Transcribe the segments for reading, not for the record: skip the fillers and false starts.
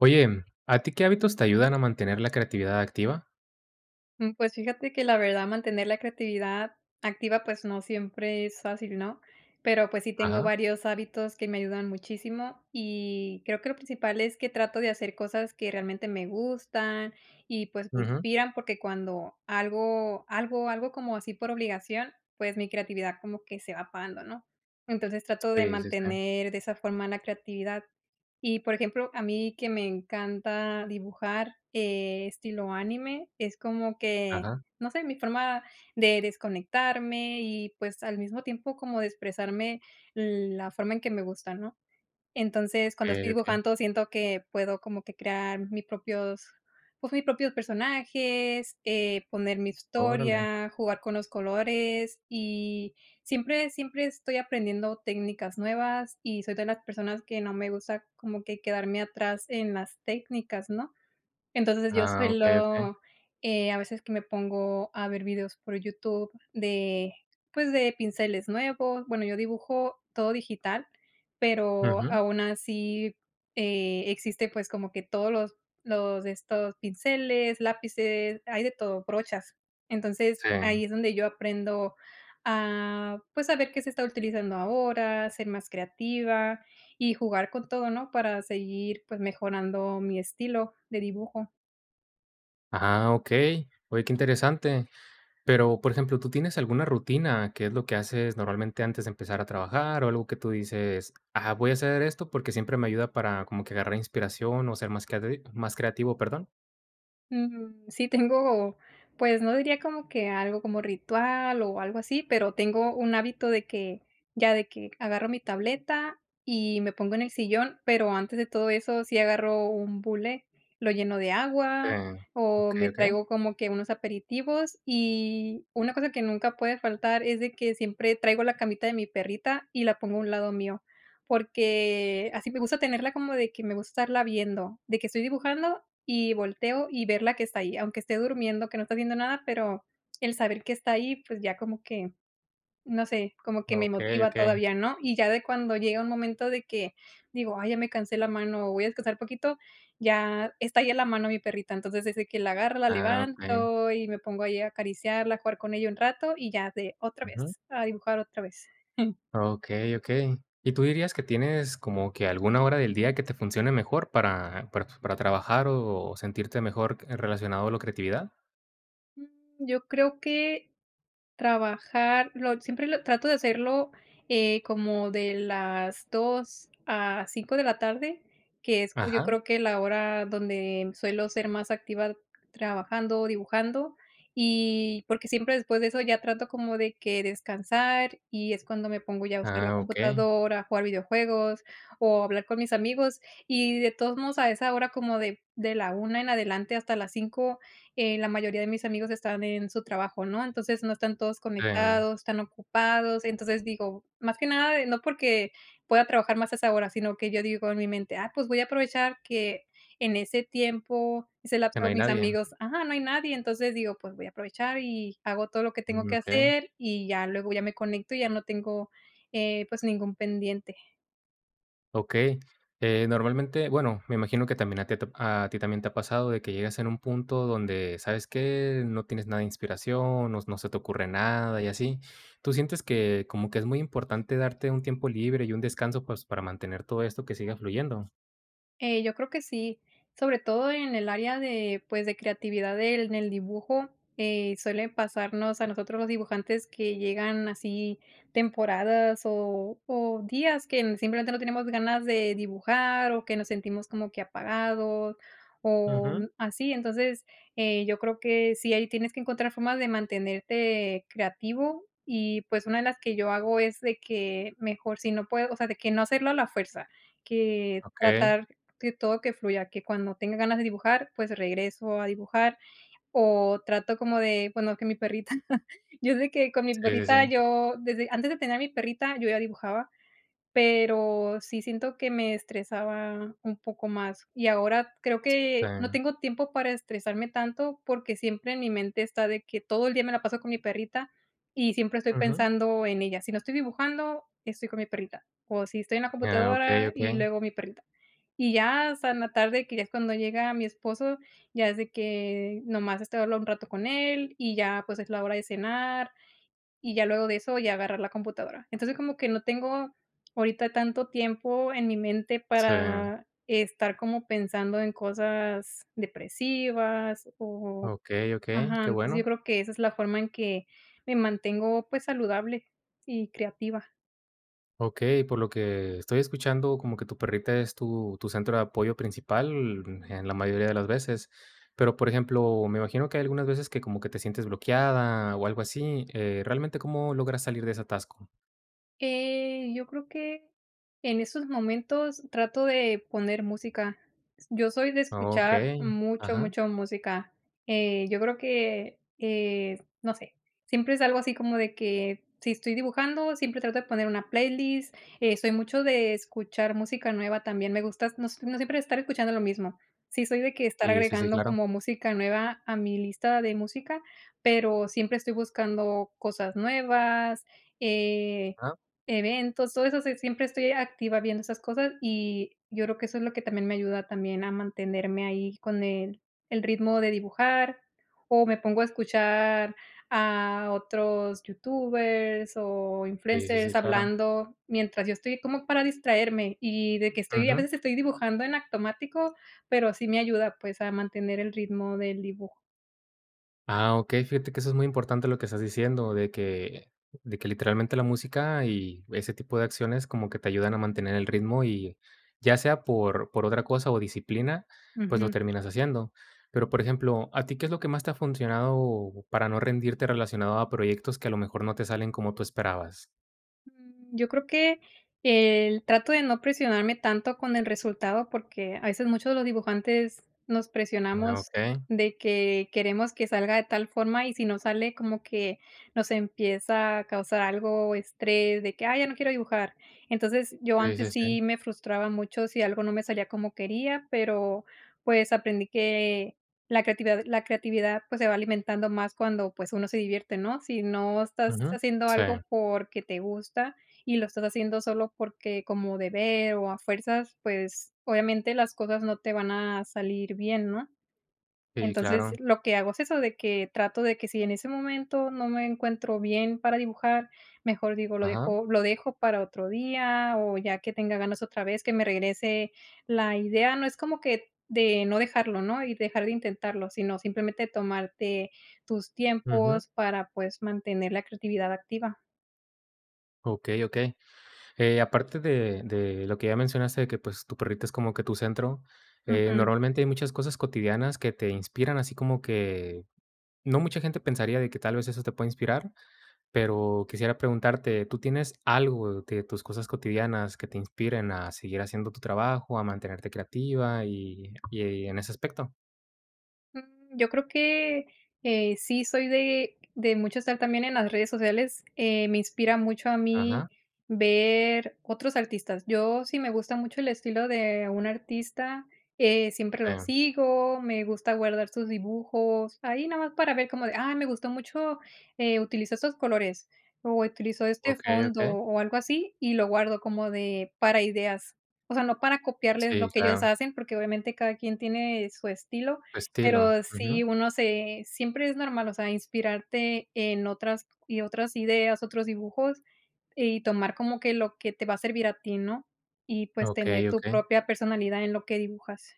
Oye, ¿a ti qué hábitos te ayudan a mantener la creatividad activa? Pues fíjate que la verdad mantener la creatividad activa, pues no siempre es fácil, ¿no? Pero pues sí tengo Ajá, varios hábitos que me ayudan muchísimo y creo que lo principal es que trato de hacer cosas que realmente me gustan y pues me ujú. inspiran porque cuando algo como así por obligación, pues mi creatividad como que se va apagando, ¿no? Entonces trato de Sí, sí, sí. mantener de esa forma la creatividad. Y, por ejemplo, a mí que me encanta dibujar, estilo anime, es como que, Ajá, no sé, mi forma de desconectarme y, pues, al mismo tiempo como de expresarme la forma en que me gusta, ¿no? Entonces, cuando estoy okey, okey. dibujando, siento que puedo como que crear mis propios, pues, mis propios personajes, poner mi Órale. historia, jugar con los colores, y siempre estoy aprendiendo técnicas nuevas, y soy de las personas que no me gusta como que quedarme atrás en las técnicas, ¿no? Entonces, yo Ah, okey, okey. suelo, a veces que me pongo a ver videos por YouTube de, pues, de pinceles nuevos. Bueno, yo dibujo todo digital, pero Ujú. aún así, existe, pues, como que todos los de estos pinceles, lápices, hay de todo, brochas. Entonces, Sí. ahí es donde yo aprendo a, pues, a ver qué se está utilizando ahora, ser más creativa y jugar con todo, ¿no? Para seguir, pues, mejorando mi estilo de dibujo. Ah, okey. Oye, qué interesante. Pero, por ejemplo, ¿tú tienes alguna rutina? ¿Qué es lo que haces normalmente antes de empezar a trabajar? O algo que tú dices: "Ah, voy a hacer esto porque siempre me ayuda para como que agarrar inspiración o ser más creati más creativo", perdón. Sí, tengo, pues no diría como que algo como ritual o algo así, pero tengo un hábito de que ya de que agarro mi tableta y me pongo en el sillón, pero antes de todo eso sí agarro un bulé, lo lleno de Sí. agua o Okey, me okey. traigo como que unos aperitivos y una cosa que nunca puede faltar es de que siempre traigo la camita de mi perrita y la pongo a un lado mío. Porque así me gusta tenerla como de que me gusta estarla viendo, de que estoy dibujando y volteo y verla que está ahí, aunque esté durmiendo, que no está haciendo nada, pero el saber que está ahí, pues, ya como que, no sé, como que me Okey, motiva okey. todavía, ¿no? Y ya de cuando llega un momento de que digo: "Ay, ya me cansé la mano, voy a descansar poquito", ya está ahí en la mano mi perrita. Entonces, desde que la agarro, la Ah, okey. levanto y me pongo ahí a acariciarla, a jugar con ella un rato y ya de otra Ujú. vez, a dibujar otra vez. Okey, okey. ¿Y tú dirías que tienes como que alguna hora del día que te funcione mejor para trabajar o sentirte mejor relacionado a la creatividad? Mm, yo creo que trabajar, lo siempre lo trato de hacerlo, como de las 2 a 5 de la tarde, que es, yo Ajá. creo que la hora donde suelo ser más activa trabajando, dibujando, y porque siempre después de eso ya trato como de que descansar, y es cuando me pongo ya a usar la Ah, okey. computadora, a jugar videojuegos o hablar con mis amigos, y de todos modos a esa hora como de la 1 en adelante hasta las 5 la mayoría de mis amigos están en su trabajo, ¿no? Entonces, no están todos Eh, conectados, están ocupados. Entonces, digo, más que nada, no porque pueda trabajar más a esa hora, sino que yo digo en mi mente: "Ah, pues voy a aprovechar que en ese tiempo, ese que no lapso, hay mis nadie. amigos ajá, no hay nadie". Entonces, digo: "Pues voy a aprovechar y hago todo lo que tengo Mm, que okey, hacer", y ya luego ya me conecto y ya no tengo, pues, ningún pendiente. okey. Normalmente, bueno, me imagino que también a ti a ti también te ha pasado de que llegas en un punto donde, ¿sabes qué? No tienes nada de inspiración, no se te ocurre nada y así. ¿Tú sientes que como que es muy importante darte un tiempo libre y un descanso, pues, para mantener todo esto que siga fluyendo? Yo creo que sí, sobre todo en el área de, pues, de creatividad del en el dibujo, suele pasarnos a nosotros los dibujantes que llegan así temporadas o días que n- simplemente no tenemos ganas de dibujar o que nos sentimos como que apagados o Ujú, n- así. Entonces, yo creo que sí, ahí tienes que encontrar formas de mantenerte creativo y, pues, una de las que yo hago es de que mejor si no puedo, o sea, de que no hacerlo a la fuerza, que okey. tratar que todo que fluya, que cuando tenga ganas de dibujar, pues regreso a dibujar o trato como de, bueno, que mi perrita, yo sé que con mi Sí, sí, perrita sí. yo desde antes de tener a mi perrita yo ya dibujaba pero sí siento que me estresaba un poco más. Y ahora creo Sí. que no tengo tiempo para estresarme tanto, porque siempre en mi mente está de que todo el día me la paso con mi perrita y siempre estoy Ujú. pensando en ella. Si no estoy dibujando, estoy con mi perrita. O si estoy en la Ah, okey, computadora okey. y luego mi perrita. Y ya hasta en la tarde, que ya es cuando llega mi esposo, ya es de que nomás estoy hablando un rato con él y ya pues es la hora de cenar y ya luego de eso ya agarrar la computadora. Entonces, como que no tengo ahorita tanto tiempo en mi mente Sí. para estar como pensando en cosas depresivas o Okey, okey, ajá, qué entonces yo bueno. creo que esa es la forma en que me mantengo, pues, saludable y creativa. Okey, por lo que estoy escuchando, como que tu perrita es tu centro de apoyo principal en la mayoría de las veces. Pero, por ejemplo, me imagino que hay algunas veces que como que te sientes bloqueada o algo así, ¿realmente cómo logras salir de ese atasco? Yo creo que en esos momentos trato de poner música. Yo soy de escuchar Okey, mucho, ajá. mucho música. Yo creo que, no sé, siempre es algo así como de que si estoy dibujando, siempre trato de poner una playlist. Soy mucho de escuchar música nueva también. Me gusta no, s- no siempre estar escuchando lo mismo. Sí, soy de que estar Sí, sí, sí, agregando claro. como música nueva a mi lista de música, pero siempre estoy buscando cosas nuevas. Eh, Ajá. Eventos, todo eso, sí, siempre estoy activa viendo esas cosas, y yo creo que eso es lo que también me ayuda también a mantenerme ahí con el ritmo de dibujar, o me pongo a escuchar a otros youtubers o Sí, sí, sí, influencers claro. hablando mientras yo estoy como para distraerme, y de que estoy a Ujú. veces estoy dibujando en automático, pero sí me ayuda, pues, a mantener el ritmo del dibujo. Ah, okey, fíjate que eso es muy importante lo que estás diciendo, de que literalmente la música y ese tipo de acciones como que te ayudan a mantener el ritmo y ya sea por otra cosa o disciplina, pues lo Ujú. terminas haciendo. Pero, por ejemplo, ¿a ti qué es lo que más te ha funcionado para no rendirte relacionado a proyectos que a lo mejor no te salen como tú esperabas? Yo creo que el trato de no presionarme tanto con el resultado, porque a veces muchos de los dibujantes nos Ah, presionamos okey. de que queremos que salga de tal forma, y si no sale, como que nos empieza a causar algo estrés de que: "Ay, ya no quiero dibujar". Entonces, yo Sí, sí, antes sí sí. me frustraba mucho si algo no me salía como quería, pero, pues, aprendí que la creatividad, pues, se va alimentando más cuando, pues, uno se divierte, ¿no? Si no estás Ujú. haciendo Sí, algo porque te gusta y lo estás haciendo solo porque como deber o a fuerzas, pues, obviamente las cosas no te van a salir bien, ¿no? sí, Entonces, claro. lo que hago es eso, de que trato de que si en ese momento no me encuentro bien para dibujar, mejor digo, lo Ajá. dejo lo dejo para otro día, o ya que tenga ganas otra vez, que me regrese la idea. No es como que de no dejarlo, ¿no? Y dejar de intentarlo, sino simplemente tomarte tus Ujú. tiempos para, pues, mantener la creatividad activa. Okey, okey. Aparte de lo que ya mencionaste, de que, pues, tu perrita es como que tu centro, Ujú. normalmente hay muchas cosas cotidianas que te inspiran, así como que no mucha gente pensaría de que tal vez eso te puede inspirar, pero quisiera preguntarte, ¿tú tienes algo de tus cosas cotidianas que te inspiren a seguir haciendo tu trabajo, a mantenerte creativa y en ese aspecto? Yo creo que, sí soy de mucho estar también en las redes sociales, me inspira mucho a mí Ajá, ver otros artistas. Yo, sí me gusta mucho el estilo de un artista, siempre sí, lo sigo, me gusta guardar sus dibujos, ahí nada más para ver como de: "Ah, me gustó mucho, utilizó estos colores, o utilizó este okey, fondo", okey. o algo así, y lo guardo como de para ideas. O sea, no para copiarles Sí, lo que ellos claro, hacen, porque obviamente cada quien tiene su estilo, tu estilo, pero ujú, sí, uno se siempre es normal, o sea, inspirarte en otras y otras ideas, otros dibujos, y tomar como que lo que te va a servir a ti, ¿no? Y, pues, tener okey, tu okey. propia personalidad en lo que dibujas.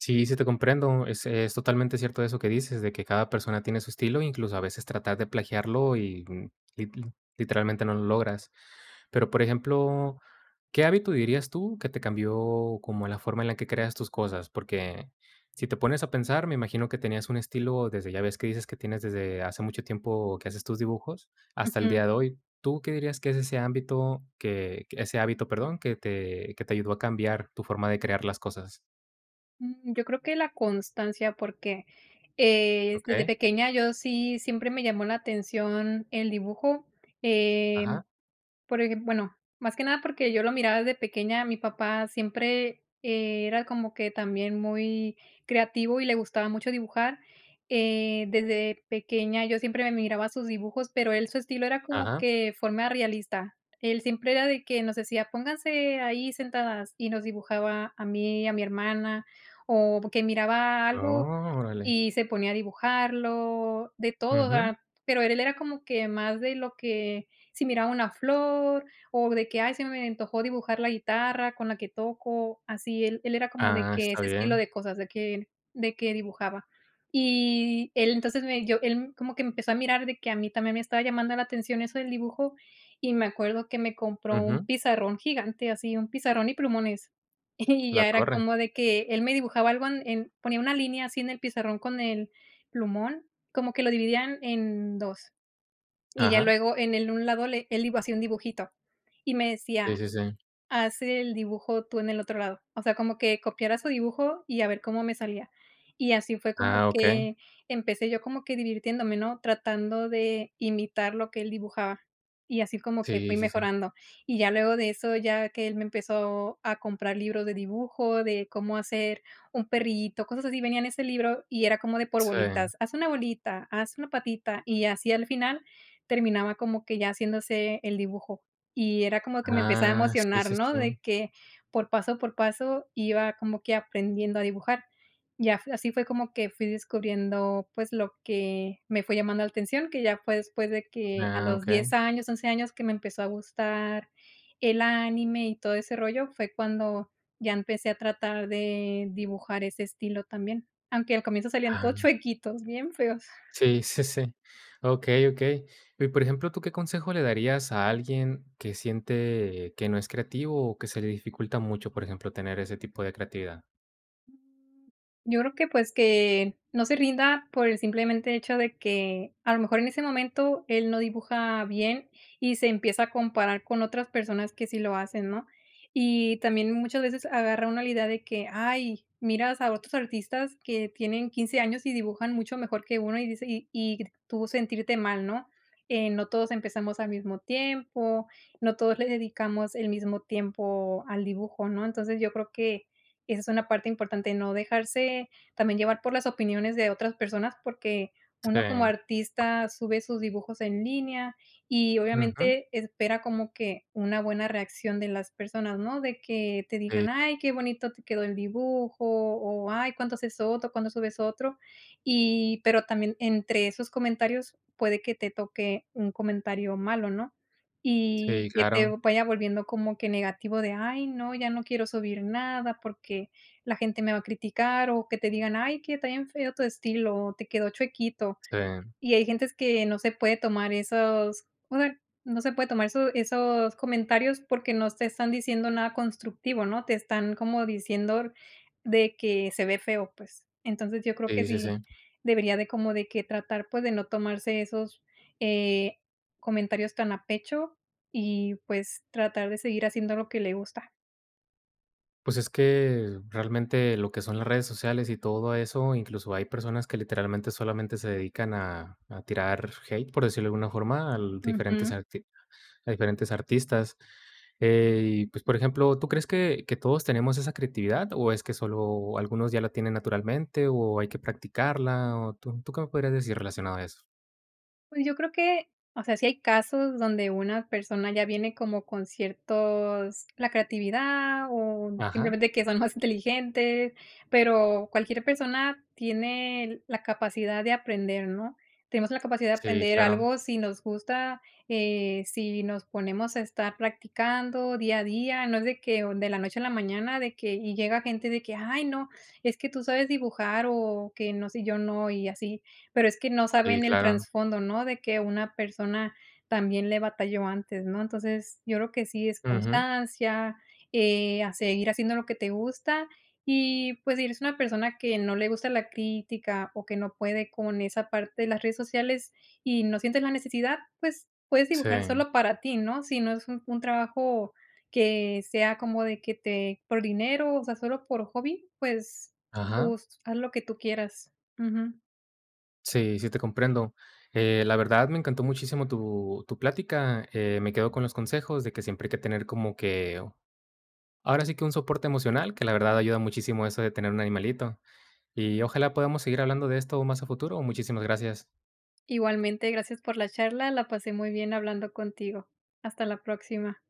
Sí, sí te comprendo. Es totalmente cierto eso que dices, de que cada persona tiene su estilo, incluso a veces tratar de plagiarlo y mm, literalmente no lo logras. Pero, por ejemplo, ¿qué hábito dirías tú que te cambió como la forma en la que creas tus cosas? Porque si te pones a pensar, me imagino que tenías un estilo desde, ya ves que dices que tienes desde hace mucho tiempo que haces tus dibujos hasta el Ujú. día de hoy. ¿Tú qué dirías que es ese ámbito ese hábito, perdón, que te ayudó a cambiar tu forma de crear las cosas? Yo creo que la constancia, porque, ¿Ok? desde pequeña yo sí siempre me llamó la atención el dibujo, eh Ajá, por ejem bueno, más que nada porque yo lo miraba desde pequeña, mi papá siempre era como que también muy creativo y le gustaba mucho dibujar, desde pequeña yo siempre me miraba sus dibujos, pero él su estilo era como ajá. que forma realista. Él siempre era de que nos decía: "Pónganse ahí sentadas", y nos dibujaba a mí, a mi hermana, o que miraba algo Órale. y se ponía a dibujarlo, de todo, o Ujú. sea, pero él era como que más de lo que si miraba una flor o de que: "Ay, se me antojó dibujar la guitarra con la que toco", así, él era como de Ah, que está ese estilo bien. de cosas, de que dibujaba. Y él entonces me yo él como que empezó a mirar de que a mí también me estaba llamando la atención eso del dibujo, y me acuerdo que me compró un Ujú. pizarrón gigante, así, un pizarrón y plumones. Y La ya era torre. como de que él me dibujaba algo en ponía una línea así en el pizarrón con el plumón, como que lo dividían en 2 y ya Ajá. luego en el un lado le él iba hacía un dibujito y me Sí, decía: sí, sí. "Hace el dibujo tú en el otro lado". O sea, como que copiara su dibujo y a ver cómo me salía. Y así fue como Ah, okey. que empecé yo como que divirtiéndome, ¿no? Tratando de imitar lo que él dibujaba. Y así como que fui Sí, sí, sí. mejorando. Y ya luego de eso, ya que él me empezó a comprar libros de dibujo, de cómo hacer un perrito, cosas así, venía en ese libro y era como de por Sí. bolitas, haz una bolita, haz una patita y así al final terminaba como que ya haciéndose el dibujo. Y era como que me empezaba a Ah, sí, emocionar, sí, ¿no? sí. De que por paso iba como que aprendiendo a dibujar. Ya f Así fue como que fui descubriendo, pues, lo que me fue llamando la atención, que ya fue después de que a Ah, los 10 okey. años, 11 años que me empezó a gustar el anime y todo ese rollo, fue cuando ya empecé a tratar de dibujar ese estilo también, aunque al comienzo salían todos Ah, chuequitos, bien feos. sí, sí, sí. Okey, okey. Y, por ejemplo, ¿tú qué consejo le darías a alguien que siente que no es creativo o que se le dificulta mucho, por ejemplo, tener ese tipo de creatividad? Yo creo que, pues, que no se rinda por el simplemente hecho de que, a lo mejor, en ese momento él no dibuja bien y se empieza a comparar con otras personas que sí lo hacen, ¿no? Y también muchas veces agarra una la idea de que, ay, miras a otros artistas que tienen 15 años y dibujan mucho mejor que uno y dice y tú sentirte mal, ¿no? No todos empezamos al mismo tiempo, no todos le dedicamos el mismo tiempo al dibujo, ¿no? Entonces, yo creo que esa es una parte importante, no dejarse también llevar por las opiniones de otras personas, porque uno como Sí. artista sube sus dibujos en línea y Ujú. obviamente espera como que una buena reacción de las personas, ¿no? De que te Sí, digan: "Ay, qué bonito te quedó el dibujo", o "Ay, ¿cuándo haces otro? ¿Cuándo subes otro?". Y pero también entre esos comentarios puede que te toque un comentario malo, ¿no? sí, Y que te claro. vaya volviendo como que negativo de: "Ay, no, ya no quiero subir nada porque la gente me va a criticar", o que te digan: "Ay, que está bien feo tu estilo, o te quedó chuequito". Sí. Y hay gentes que no se puede tomar esos, o sea, no se puede tomar esos comentarios porque no te están diciendo nada constructivo, ¿no? Te están como diciendo de que se ve feo, pues. Entonces, yo creo que Sí, sí, sí. sí debería de como de que tratar, pues, de no tomarse esos, eh, comentarios tan a pecho y, pues, tratar de seguir haciendo lo que le gusta. Pues es que realmente lo que son las redes sociales y todo eso, incluso hay personas que literalmente solamente se dedican a tirar hate, por decirlo de alguna forma, a los diferentes, a diferentes artistas. Y pues, por ejemplo, ¿tú crees que todos tenemos esa creatividad o es que solo algunos ya la tienen naturalmente o hay que practicarla? O tú, ¿tú qué me podrías decir relacionado a eso? Pues yo creo que, o sea, sí hay casos donde una persona ya viene como con ciertos la creatividad o Ajá, simplemente que son más inteligentes, pero cualquier persona tiene la capacidad de aprender, ¿no? Tenemos la capacidad de sí, aprender claro, algo si nos gusta, si nos ponemos a estar practicando día a día, no es de que o de la noche a la mañana, de que y llega gente de que: "Ay, no, es que tú sabes dibujar", o que: "No sé, yo no", y así. Pero es que no sí, saben el claro. trasfondo, ¿no? De que una persona también le batalló antes, ¿no? Entonces, yo creo que sí es Ujú, constancia, a seguir haciendo lo que te gusta y, pues, si eres una persona que no le gusta la crítica o que no puede con esa parte de las redes sociales y no sientes la necesidad, pues, puedes dibujar sí, solo para ti, ¿no? Si no es un trabajo que sea como de que te por dinero, o sea, solo por hobby, pues, ajá. tú haz lo que tú quieras. Ujú. Sí, sí te comprendo. La verdad me encantó muchísimo tu plática. Me quedo con los consejos de que siempre hay que tener como que, oh, ahora sí que un soporte emocional, que la verdad ayuda muchísimo eso de tener un animalito. Y ojalá podamos seguir hablando de esto más a futuro. Muchísimas gracias. Igualmente, gracias por la charla, la pasé muy bien hablando contigo. Hasta la próxima.